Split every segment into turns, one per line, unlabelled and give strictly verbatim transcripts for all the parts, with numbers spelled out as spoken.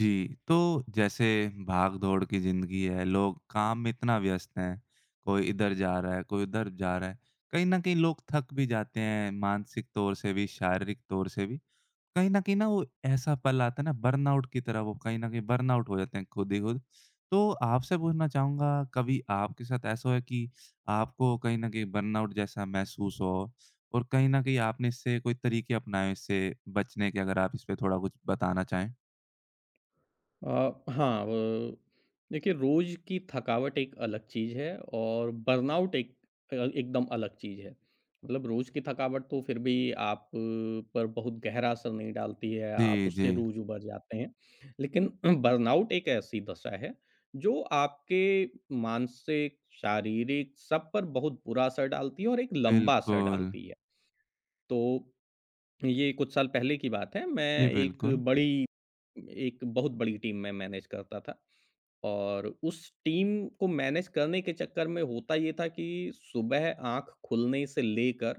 जी, तो जैसे भाग-दौड़ की ज़िंदगी है, लोग काम में इतना व्यस्त हैं, कोई इधर जा रहा है, कोई उधर जा रहा है। कहीं न कहीं लोग थक भी जाते हैं, मानसिक तौर से भी, शारीरिक तौर से भी। कहीं न कहीं ना वो ऐसा पल आता है ना बर्नआउट की तरह वो कहीं न कहीं बर्नआउट हो जाते हैं खुद ही खुद। तो आपसे पूछना चाहूँगा कभी आपके साथ ऐसा हुआ है कि आपको कहीं न कहीं बर्नआउट जैसा महसूस हो? और कहीं न कहीं आपने इससे कोई तरीके अपनाए इससे बचने के? अगर आप इस पे थोड़ा कुछ बताना चाहें।
अ, हाँ, व देखिए, रोज़ की थकावट एक अलग चीज़ है और बर्नआउट एक अ, एकदम अलग चीज़ है। मतलब, रोज़ की थकावट तो फिर भी आप अ, पर बहुत गहरा असर नहीं डालती है, आप
जी, जी।
उससे रोज़ उबर जाते हैं। लेकिन बर्नआउट एक ऐसी दशा है जो आपके मानसिक, शारीरिक सब पर बहुत बुरा असर डालती है और एक लंबा असर
बिल्कुल।
डालती है। तो, ये कुछ साल पहले की बात है,
जी,
मैं एक
बिल्कुल।
बड़ी एक बहुत बड़ी टीम में मैनेज करता था। और उस टीम को मैनेज करने के चक्कर में होता ये था कि सुबह आँख खुलने से लेकर,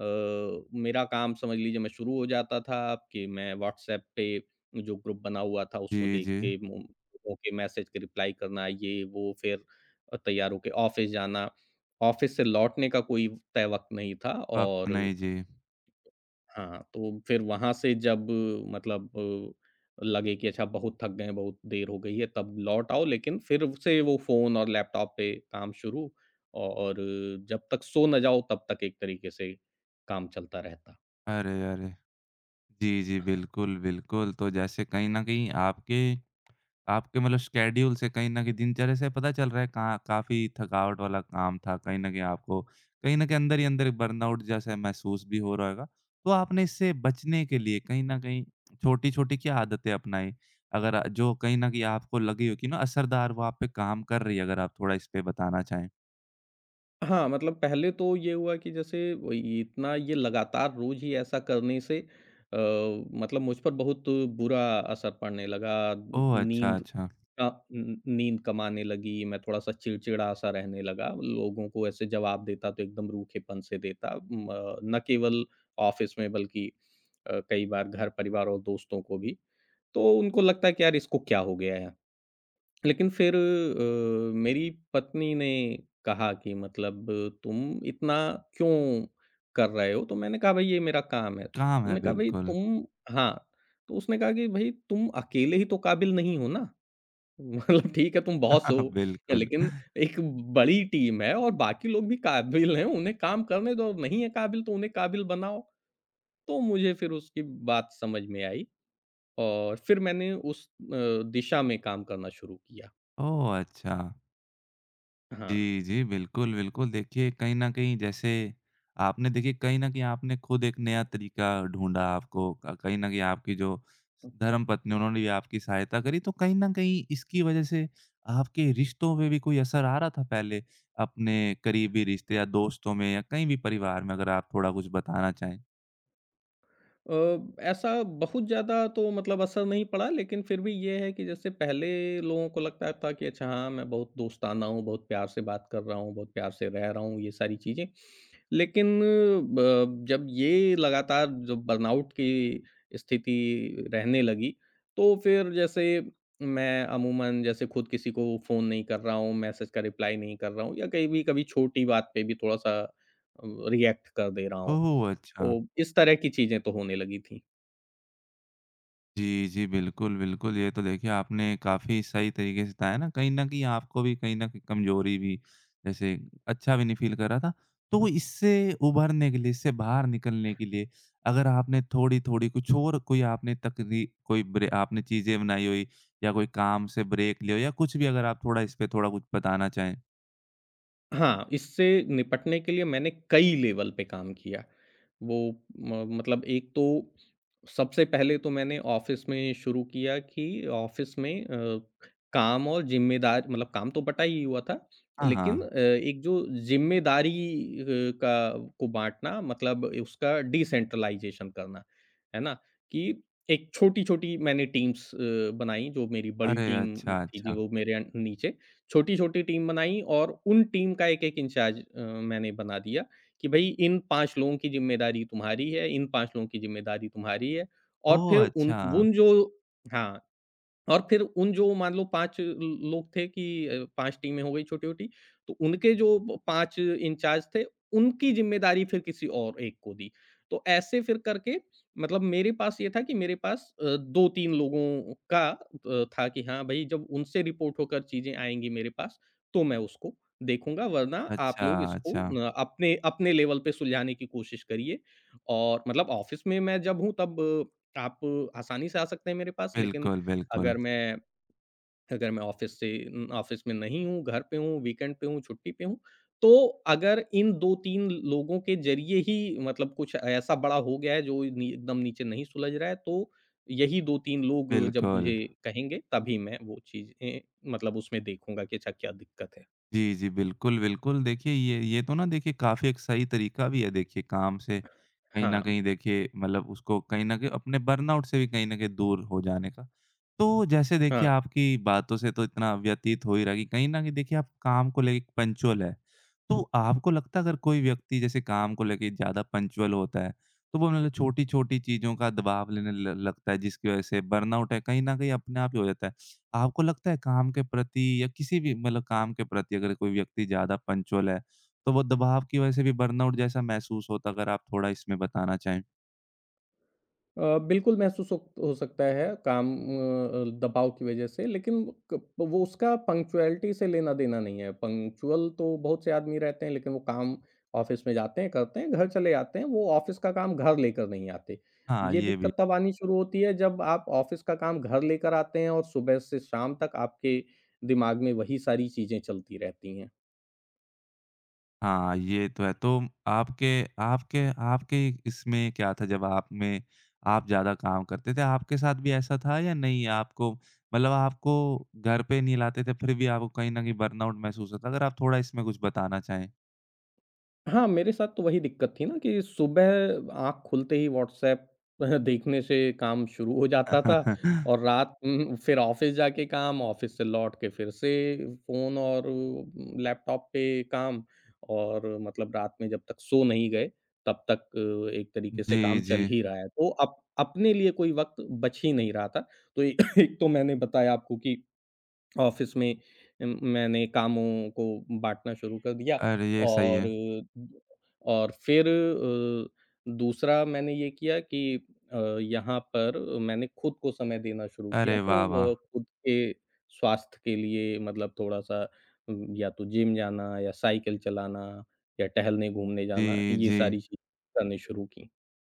अ, मेरा काम समझ लीजिए मैं शुरू हो जाता था कि मैं व्हाट्सएप पे जो ग्रुप बना हुआ था उसको
जी,
देख
जी।
के मो- ओके, मैसेज के रिप्लाई करना, ये वो, फिर तैयार होके ऑफिस जाना, ऑफिस से लौटने का कोई तय वक्त नहीं था।
वक़्त
और
नहीं, जी।
हाँ, तो फिर वहाँ से जब मतलब अ, लगे कि अच्छा बहुत थक गए हैं, बहुत देर हो गई है, तब लौट आओ, लेकिन फिर से वो फ़ोन और लैपटॉप पे काम शुरू। और जब तक सो ना जाओ तब तक एक तरीके से काम चलता रहता है।
अरे, अरे! जी, जी, बिल्कुल, बिल्कुल। तो जैसे कहीं न कहीं आपके आपके मतलब शेड्यूल से कहीं न कहीं दिनचर्या से पता चल रहा है का काफ़ी थकावट वाला काम था। कहीं न कहीं आपको कहीं न कहीं अंदर ही अंदर बर्नआउट जैसा महसूस भी हो रहा होगा। तो आपने इससे बचने के लिए कहीं न कहीं छोटी-छोटी क्या आदतें अपनाई? अगर आ- जो कहीं न कहीं आपको लगी हो कि ना असरदार वो आप पे काम कर रही है, अगर आप थोड़ा इस पे बताना चाहें?
हाँ, मतलब पहले तो ये हुआ कि जैसे वो ये- इतना ये लगातार रोज़ ही ऐसा करने से अ, मतलब मुझ पर बहुत बुरा असर पड़ने लगा।
ओह! अच्छा,
नींद
अच्छा।
अ, न नींद कम आने लगी, मैं थोड़ा-सा चिड़चिड़ा-सा रहने लगा। लोगों को ऐसे जवाब देता तो एकदम रूखेपन से देता। म अ, न केवल ऑफ़िस में बल्कि अ, कई बार घर परिवार और दोस्तों को भी। तो उनको लगता है कि यार, इसको क्या हो गया है? लेकिन फिर अ, मेरी पत्नी ने कहा कि मतलब तुम इतना क्यों कर रहे हो? तो मैंने कहा भई ये मेरा काम है।
काम है,
उन्होंने कहा भई
बिल्कुल।
तुम। हाँ, तो उसने कहा कि भई तुम अकेले ही तो काबिल नहीं हो ना। मतलब ठीक है तुम बॉस हो,
बिल्कुल।
लेकिन एक बड़ी टीम है और बाकी लोग भी काबिल हैं, उन्हें काम करने दो। नहीं है काबिल तो उन्हें काबिल बनाओ। तो मुझे फिर उसकी बात समझ में आई और फिर मैंने उस अ, दिशा में काम करना शुरू किया।
ओह! अच्छा।
हाँ।
जी, जी, बिल्कुल, बिल्कुल। देखिए, कहीं न कहीं जैसे आपने देखिए कहीं न कहीं आपने खुद एक नया तरीका ढूँढा आपको क कहीं न कहीं आपकी जो धर्मपत्नी उन्होंने भी आपकी सहायता करी, तो कहीं न कहीं इसकी वज़ह से आपके रिश्तों में भी कोई असर आ रहा था पहले? अपने करीबी रिश्ते या दोस्तों में या कहीं भी परिवार में? अगर आप थोड़ा कुछ बताना चाहें।
अ, ऐसा बहुत ज़्यादा तो मतलब असर नहीं पड़ा, लेकिन फिर भी ये है कि जैसे पहले लोगों को लगता था कि अच्छा हाँ, मैं बहुत दोस्ताना हूँ, बहुत प्यार से बात कर रहा हूँ, बहुत प्यार से रह रहा हूँ, ये सारी चीज़ें। लेकिन अ, जब ये लगातार, जब बर्नआउट की स्थिति रहने लगी, तो फिर जैसे मैं अमूमन जैसे खुद किसी को फ़ोन नहीं कर रहा हूँ, मैसेज का रिप्लाई नहीं कर रहा हूँ, या कहीं भी कभी छोटी बात पे भी थोड़ा सा रिएक्ट कर दे रहा हूँ,
ओह! अच्छा।
तो इस तरह की चीज़ें तो होने लगी थी।
जी, जी। बिल्कुल, बिल्कुल। ये तो देखिए आपने काफ़ी सही तरीके से बताया ना, कहीं न कहीं आपको भी कहीं न कहीं कमज़ोरी भी जैसे अच्छा भी नहीं फ़ील कर रहा था। तो इससे उभरने के लिए, इससे बाहर निकलने के लिए अगर आपने थोड़ी-थोड़ी कुछ और कोई आपने तकनी कोई ब्रे आपने चीज़ें बनाई हुई या कोई काम से ब्रेक लिया हो या कुछ भी अगर आप थोड़ा इस पे थोड़ा कुछ बताना चाहें?
हाँ, इससे निपटने के लिए मैंने कई लेवल पे काम किया। वो म मतलब, एक तो, सबसे पहले तो मैंने ऑफ़िस में शुरू किया कि ऑफ़िस में अ, काम और ज़िम्मेदार, मतलब काम तो बँटा ही हुआ था,
हाँ,
लेकिन
हाँ।
अ, एक जो ज़िम्मेदारी, अ, का को बाँटना, मतलब उसका डिसेंट्रलाइज़ेशन करना, है ना? कि एक छोटी-छोटी मैंने टीम्स अ, बनाई, जो मेरी बड़ी
अरे! अच्छा,
टीम थी,
अच्छा।
जो मेरे अन नीचे छोटी-छोटी टीम बनाई, और उन टीम का एक-एक इंचार्ज अ, मैंने बना दिया कि भई इन पाँच लोगों की ज़िम्मेदारी तुम्हारी है, इन पाँच लोगों की ज़िम्मेदारी तुम्हारी है। और फिर
ओह!
उन
अच्छा।
उन जो, हाँ। और फिर उन जो मान लो पाँच ल लोग थे, कि अ, पाँच टीमें हो गई छोटी-छोटी, तो उनके जो ब पाँच इंचार्ज थे, उनकी ज़िम्मेदारी फिर किसी और एक को दी। तो ऐसे फिर करके, मतलब मेरे पास ये था कि मेरे पास अ, दो तीन लोगों का अ, था कि हाँ भई जब उनसे रिपोर्ट होकर चीज़ें आएँगी मेरे पास, तो मैं उसको देखूँगा, वरना आप
अच्छा,
लोग इसको
अच्छा।
न अपने अपने लेवल पे सुलझाने की कोशिश करिए। और मतलब ऑफ़िस में मैं जब हूँ तब अ, आप आसानी से आ सकते हैं मेरे पास, लेकिन
बिल्कुल, बिल्कुल।
अगर मैं, अगर मैं ऑफ़िस से उम, ऑफ़िस में नहीं हूँ, घर पे हूँ, वीकेंड पे हूँ, छुट्टी पे हूँ, तो अगर इन दो तीन लोगों के ज़रिए ही मतलब कुछ ऐसा बड़ा हो गया है जो नी एकदम नीचे नहीं सुलझ रहा है, तो यही दो तीन लोग जब
बिल्कुल।
मुझे कहेंगे तभी मैं वो चीज़ें, मतलब उसमें देखूँगा कि अच्छा क्या दिक्कत है।
जी, जी। बिल्कुल, बिल्कुल। देखिए ये ये तो ना देखिए काफ़ी एक सही तरीका भी है देखिए काम से कहीं न
हाँ,
कहीं देखिए मतलब उसको कहीं न कहीं अपने बर्नआउट से भी कहीं न कहीं दूर हो जाने का। तो जैसे देखिए
हाँ।
आपकी बातों से तो इतना व्यतीत हो ही रहा है कि कहीं न कहीं देखिए आप काम को लेके पंक्चुअल हैं। तो आपको लगता है अगर कोई व्यक्ति जैसे काम को लेके ज़्यादा पंक्चुअल होता है, तो वो मतलब छोटी-छोटी चीज़ों का दबाव लेने ल लगता है जिसकी वज़ह से बर्नआउट है कहीं न कहीं अपने आप ही हो जाता है। आपको लगता है काम के प्रति या किसी भी मतलब काम के प्रति अगर कोई व्यक्ति ज़्यादा पंक्चुअल है, तो वो दबाव की वजह से भी बर्नआउट जैसा महसूस होता है? अगर आप थोड़ा इसमें बताना चाहें।
अ, बिल्कुल महसूस हो हो सकता है काम अ, दबाव की वजह से, लेकिन क- वो, उसका पंक्चुअलिटी से लेना देना नहीं है। पंक्चुअल तो बहुत से आदमी रहते हैं, लेकिन वो काम ऑफिस में जाते हैं, करते हैं, घर चले जाते हैं, वो ऑफिस का काम घर लेकर नहीं आते।
हाँ,
ये
ये भी
दिक्कत तब आनी शुरू होती है जब आप ऑफिस का काम घर लेकर आते हैं और सुबह से शाम तक आपके दिमाग में वही सारी चीजें चलती रहती हैं।
हाँ, ये तो है। तो आपके आपके आपके इसमें क्या था जब आप में आप ज़्यादा काम करते थे, आपके साथ भी ऐसा था या नहीं? आपको मतलब आपको घर पे नहीं लाते थे, फिर भी आपको कहीं न कहीं बर्नआउट महसूस होता? अगर आप थोड़ा इसमें कुछ बताना चाहें।
हाँ, मेरे साथ तो वही दिक्कत थी ना कि सुबह आँख खुलते ही व्हाट्सऐप देखने से काम शुरू हो जाता था, और रात उम, फिर ऑफ़िस जाके काम, ऑफ़िस से लौट के फिर से फ़ोन और अ, लैपटॉप पे काम, और मतलब रात में जब तक सो नहीं गए, तब तक अ, एक तरीके से
जी,
काम
जी।
चल ही रहा है। तो अप अपने लिए कोई वक़्त बच ही नहीं रहा था। तो ए एक तो मैंने बताया आपको कि ऑफ़िस में उम, मैंने कामों को बाँटना शुरू कर दिया,
अरे! ये सही
और
है।
और फिर अ, दूसरा मैंने ये किया कि अ, यहाँ पर मैंने खुद को समय देना शुरू किया,
अरे
तो
वाह, वाह!
वह खुद के स्वास्थ्य के लिए, मतलब थोड़ा-सा उम, या तो जिम जाना, या साइकिल चलाना, या टहलने घूमने जाना,
जी,
ये
जी।
सारी चीज़ें करनी शुरू की।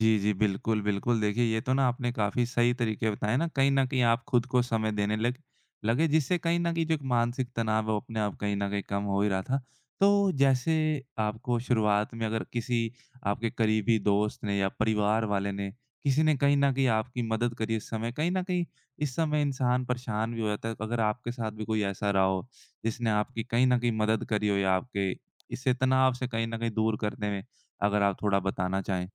जी, जी। बिल्कुल, बिल्कुल। देखिए, ये तो ना आपने काफ़ी सही तरीके बताए ना, कहीं न कहीं आप खुद को समय देने लग लगे, जिससे कहीं न कहीं जो एक मानसिक तनाव है, वो अपने आप कहीं न कहीं कम हो ही रहा था। तो जैसे आपको शुरुआत में अगर किसी आपके करीबी दोस्त ने या परिवार वाले ने, किसी ने कहीं न कहीं आपकी मदद करी इस समय, कहीं न कहीं इस समय इंसान परेशान भी हो जाता है। अगर आपके साथ भी कोई ऐसा रहा हो, जिसने आपकी कहीं न कहीं मदद करी हो या आपके इससे तनाव से कहीं न कहीं दूर करने में, अगर आप थोड़ा बताना चाहें?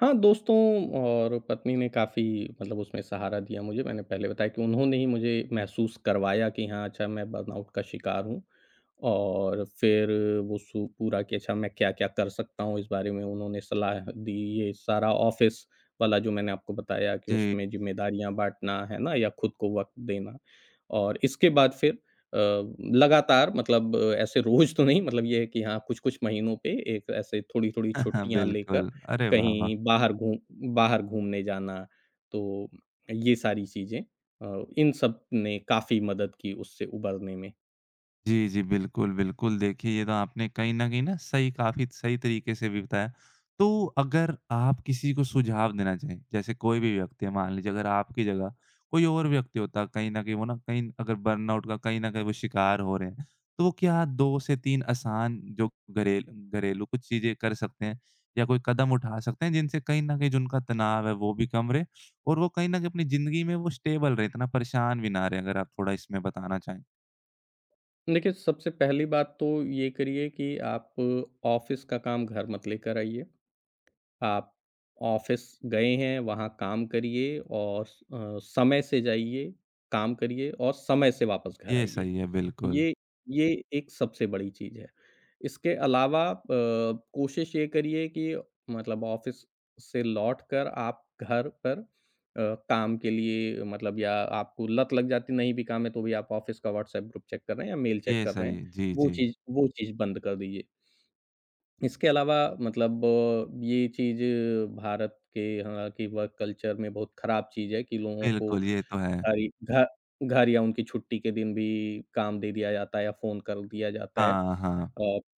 हाँ, दोस्तों और पत्नी ने काफ़ी, मतलब उसमें सहारा दिया मुझे। मैंने पहले बताया कि उन्होंने ही मुझे महसूस करवाया कि हाँ, अच्छा, मैं बर्नआउट का शिकार हूँ। और फिर वो सु पूरा कि अच्छा मैं क्या-क्या कर सकता हूँ, इस बारे में उन्होंने सलाह दी। ये सारा ऑफ़िस वाला जो मैंने आपको बताया, कि
जी।
उसमें ज़िम्मेदारियाँ बाँटना, है ना? या खुद को वक़्त देना। और इसके बाद फिर अ, लगातार, मतलब अ, ऐसे रोज़ तो नहीं, मतलब ये है कि हाँ, कुछ-कुछ महीनों पे एक ऐसे थोड़ी-थोड़ी छुट्टियाँ लेकर
बिल्कुल। अरे वाह, वाह!
कहीं बाहर घूम बाहर घूमने जाना। तो ये सारी चीज़ें, अ, इन सब ने काफ़ी मदद की उससे उबरने में।
जी, जी। बिल्कुल, बिल्कुल। देखिए, ये तो आपने कहीं न कहीं न सही काफ़ी सही तरीके से भी बताया। तो अगर आप किसी को सुझाव देना चाहें, जैसे कोई भी व्यक्ति है, मान लीजिए अगर आपकी जगह कोई और व्यक्ति होता, कहीं न कहीं वो ना कहीं अगर बर्नआउट का कहीं न कहीं वो शिकार हो रहे हैं, तो वो क्या दो से तीन आसान जो घरेल घरेलू कुछ चीज़ें कर सकते हैं या कोई कदम उठा सकते हैं, जिनसे कहीं न कहीं जो उनका तनाव है, वो भी कम रहे और वो कहीं न कहीं अपनी ज़िंदगी में वो स्टेबल रहे, इतना परेशान भी ना रहे? अगर आप थोड़ा इसमें बताना चाहें।
देखिए, सबसे पहली बात तो ये करिए कि आप ऑफ़िस का काम घर मत लेकर आइए। आप ऑफ़िस गए हैं, वहाँ काम करिए और स अ, समय से जाइए, काम करिए और समय से वापस घर
ये
आइए।
सही है, बिल्कुल।
ये ये एक सबसे बड़ी चीज़ है। इसके अलावा अ, कोशिश ये करिए कि मतलब ऑफ़िस से लौटकर आप घर पर अ, काम के लिए, मतलब, या आपको लत लग जाती, नहीं भी काम है तो भी आप ऑफ़िस का व्हाट्सएप ग्रुप चेक कर रहे हैं या मेल चेक
ये
कर रहे
सही
हैं,
है। जी,
वो
जी।
चीज़, वो चीज़ बंद कर दीजिए। इसके अलावा मतलब अ, ये चीज़ भारत के हालाँकि वर्क कल्चर में बहुत ख़राब चीज़ है कि लोगों को
बिल्कुल, ये तो है।
घारी घा घारियाँ उनकी छुट्टी के दिन भी काम दे दिया जाता है या फ़ोन कर दिया जाता है। अ,
हाँ, हाँ।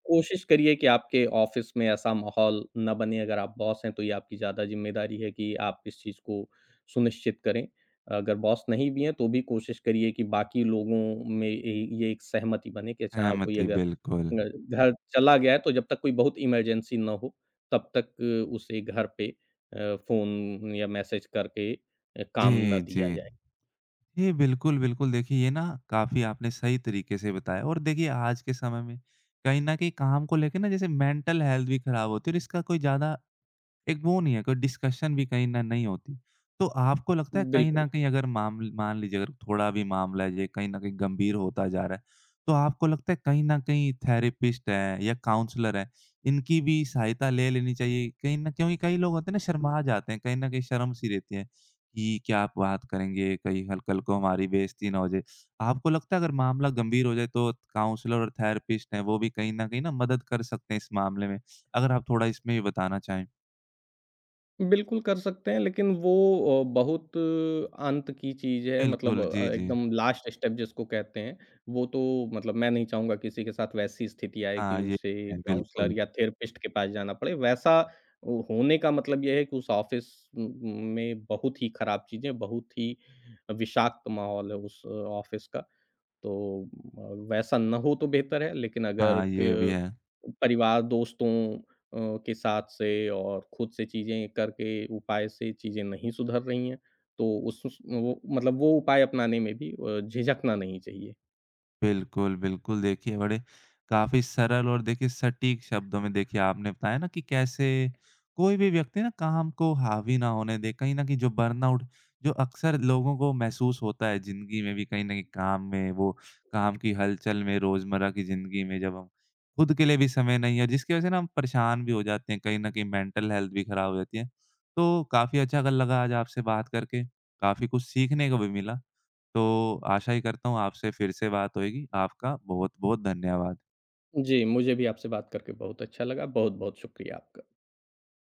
कोशिश करिए कि आपके ऑफ़िस में ऐसा माहौल ना बने। अगर आप बॉस हैं, तो ये आपकी ज़्यादा ज़िम्मेदारी है कि आप इस चीज़ को सुनिश्चित करें। अगर बॉस नहीं भी हैं, तो भी कोशिश करिए कि बाकी लोगों में ये ये एक सहमति बने कि अच्छा कोई
सहमति
अगर
बिल्कुल।
अ, घर चला गया है, तो जब तक कोई बहुत इमरजेंसी ना हो, तब तक अ, उसे घर पे अ, फ़ोन या मैसेज करके अ, काम ना
जी, जी।
दिया जाए।
जी, बिल्कुल, बिल्कुल। देखिए, ये ना काफ़ी आपने सही तरीके से बताया और देखिए आज के समय में कहीं न कहीं काम को लेके ना जैसे मेंटल हेल्थ भी खराब होती है और इसका कोई ज़्यादा एक वो नहीं है, कोई डिस्कशन भी कहीं न नहीं होती। तो आपको लगता है कहीं
बिल्कुल,
न कहीं अगर मामल मान लीजिए अगर थोड़ा भी मामला है ये कहीं न कहीं गंभीर होता जा रहा है, तो आपको लगता है कहीं न कहीं थेरेपिस्ट हैं या काउंसलर हैं, इनकी भी सहायता ले लेनी चाहिए? कहीं न क्योंकि कई लोग होते हैं ना शर्मा जाते हैं, कहीं न कहीं शर्म-सी रहती है कि क्या आप बात करेंगे, कहीं हल कल को हमारी बेइज़्ती ना हो जाए। आपको लगता है अगर मामला गंभीर हो जाए तो काउंसलर और थेरेपिस्ट हैं, वो भी कहीं न कहीं ना मदद कर सकते हैं इस मामले में? अगर आप थोड़ा इसमें भी बताना चाहें।
बिल्कुल कर सकते हैं, लेकिन वो अ, बहुत अंत की चीज़ है, मतलब
बिल्कुल,
अ,
जी, जी।
एकदम लास्ट स्टेप जिसको कहते हैं, वो तो, मतलब मैं नहीं चाहूँगा किसी के साथ वैसी स्थिति आए कि
हाँ, ये
उसे
है,
काउंसलर
बिल्कुल।
या थेरेपिस्ट के पास जाना पड़े। वैसा ओ होने का मतलब ये है कि उस ऑफ़िस उम, में बहुत ही खराब चीज़ें, बहुत ही विषाक्त माहौल है उस ऑफ़िस का। तो अ, वैसा ना हो तो बेहतर है, लेकिन अगर
हाँ, ये भी
क
है।
परिवार, दोस्तों अ, के साथ से और खुद से चीज़ें करके, उपाय से चीज़ें नहीं सुधर रही हैं, तो उस उस वो, मतलब वो उपाय अपनाने में भी अ, झिझकना नहीं चाहिए।
बिल्कुल, बिल्कुल। देखिए, बड़े काफ़ी सरल और देखिए सटीक शब्दों में देखिए आपने बताया ना कि कैसे कोई भी व्यक्ति ना काम को हावी ना होने दे। कहीं न कहीं जो बर्नआउट जो अक्सर लोगों को महसूस होता है ज़िंदगी में भी कहीं न कहीं काम में, वो काम की हलचल में, रोज़मर्रा की ज़िंदगी में जब हम खुद के लिए भी समय नहीं है, जिसकी वज़ह से ना हम परेशान भी हो जाते हैं, कहीं न कहीं मेंटल हेल्थ भी खराब हो जाती है। तो काफ़ी अच्छा लगा आज आपसे बात करके, काफ़ी कुछ सीखने को भी मिला। तो आशा ही करता हूँ आपसे फिर से बात होएगी। आपका बहुत-बहुत धन्यवाद।
जी, मुझे भी आपसे बात करके बहुत अच्छा लगा। बहुत-बहुत शुक्रिया आपका।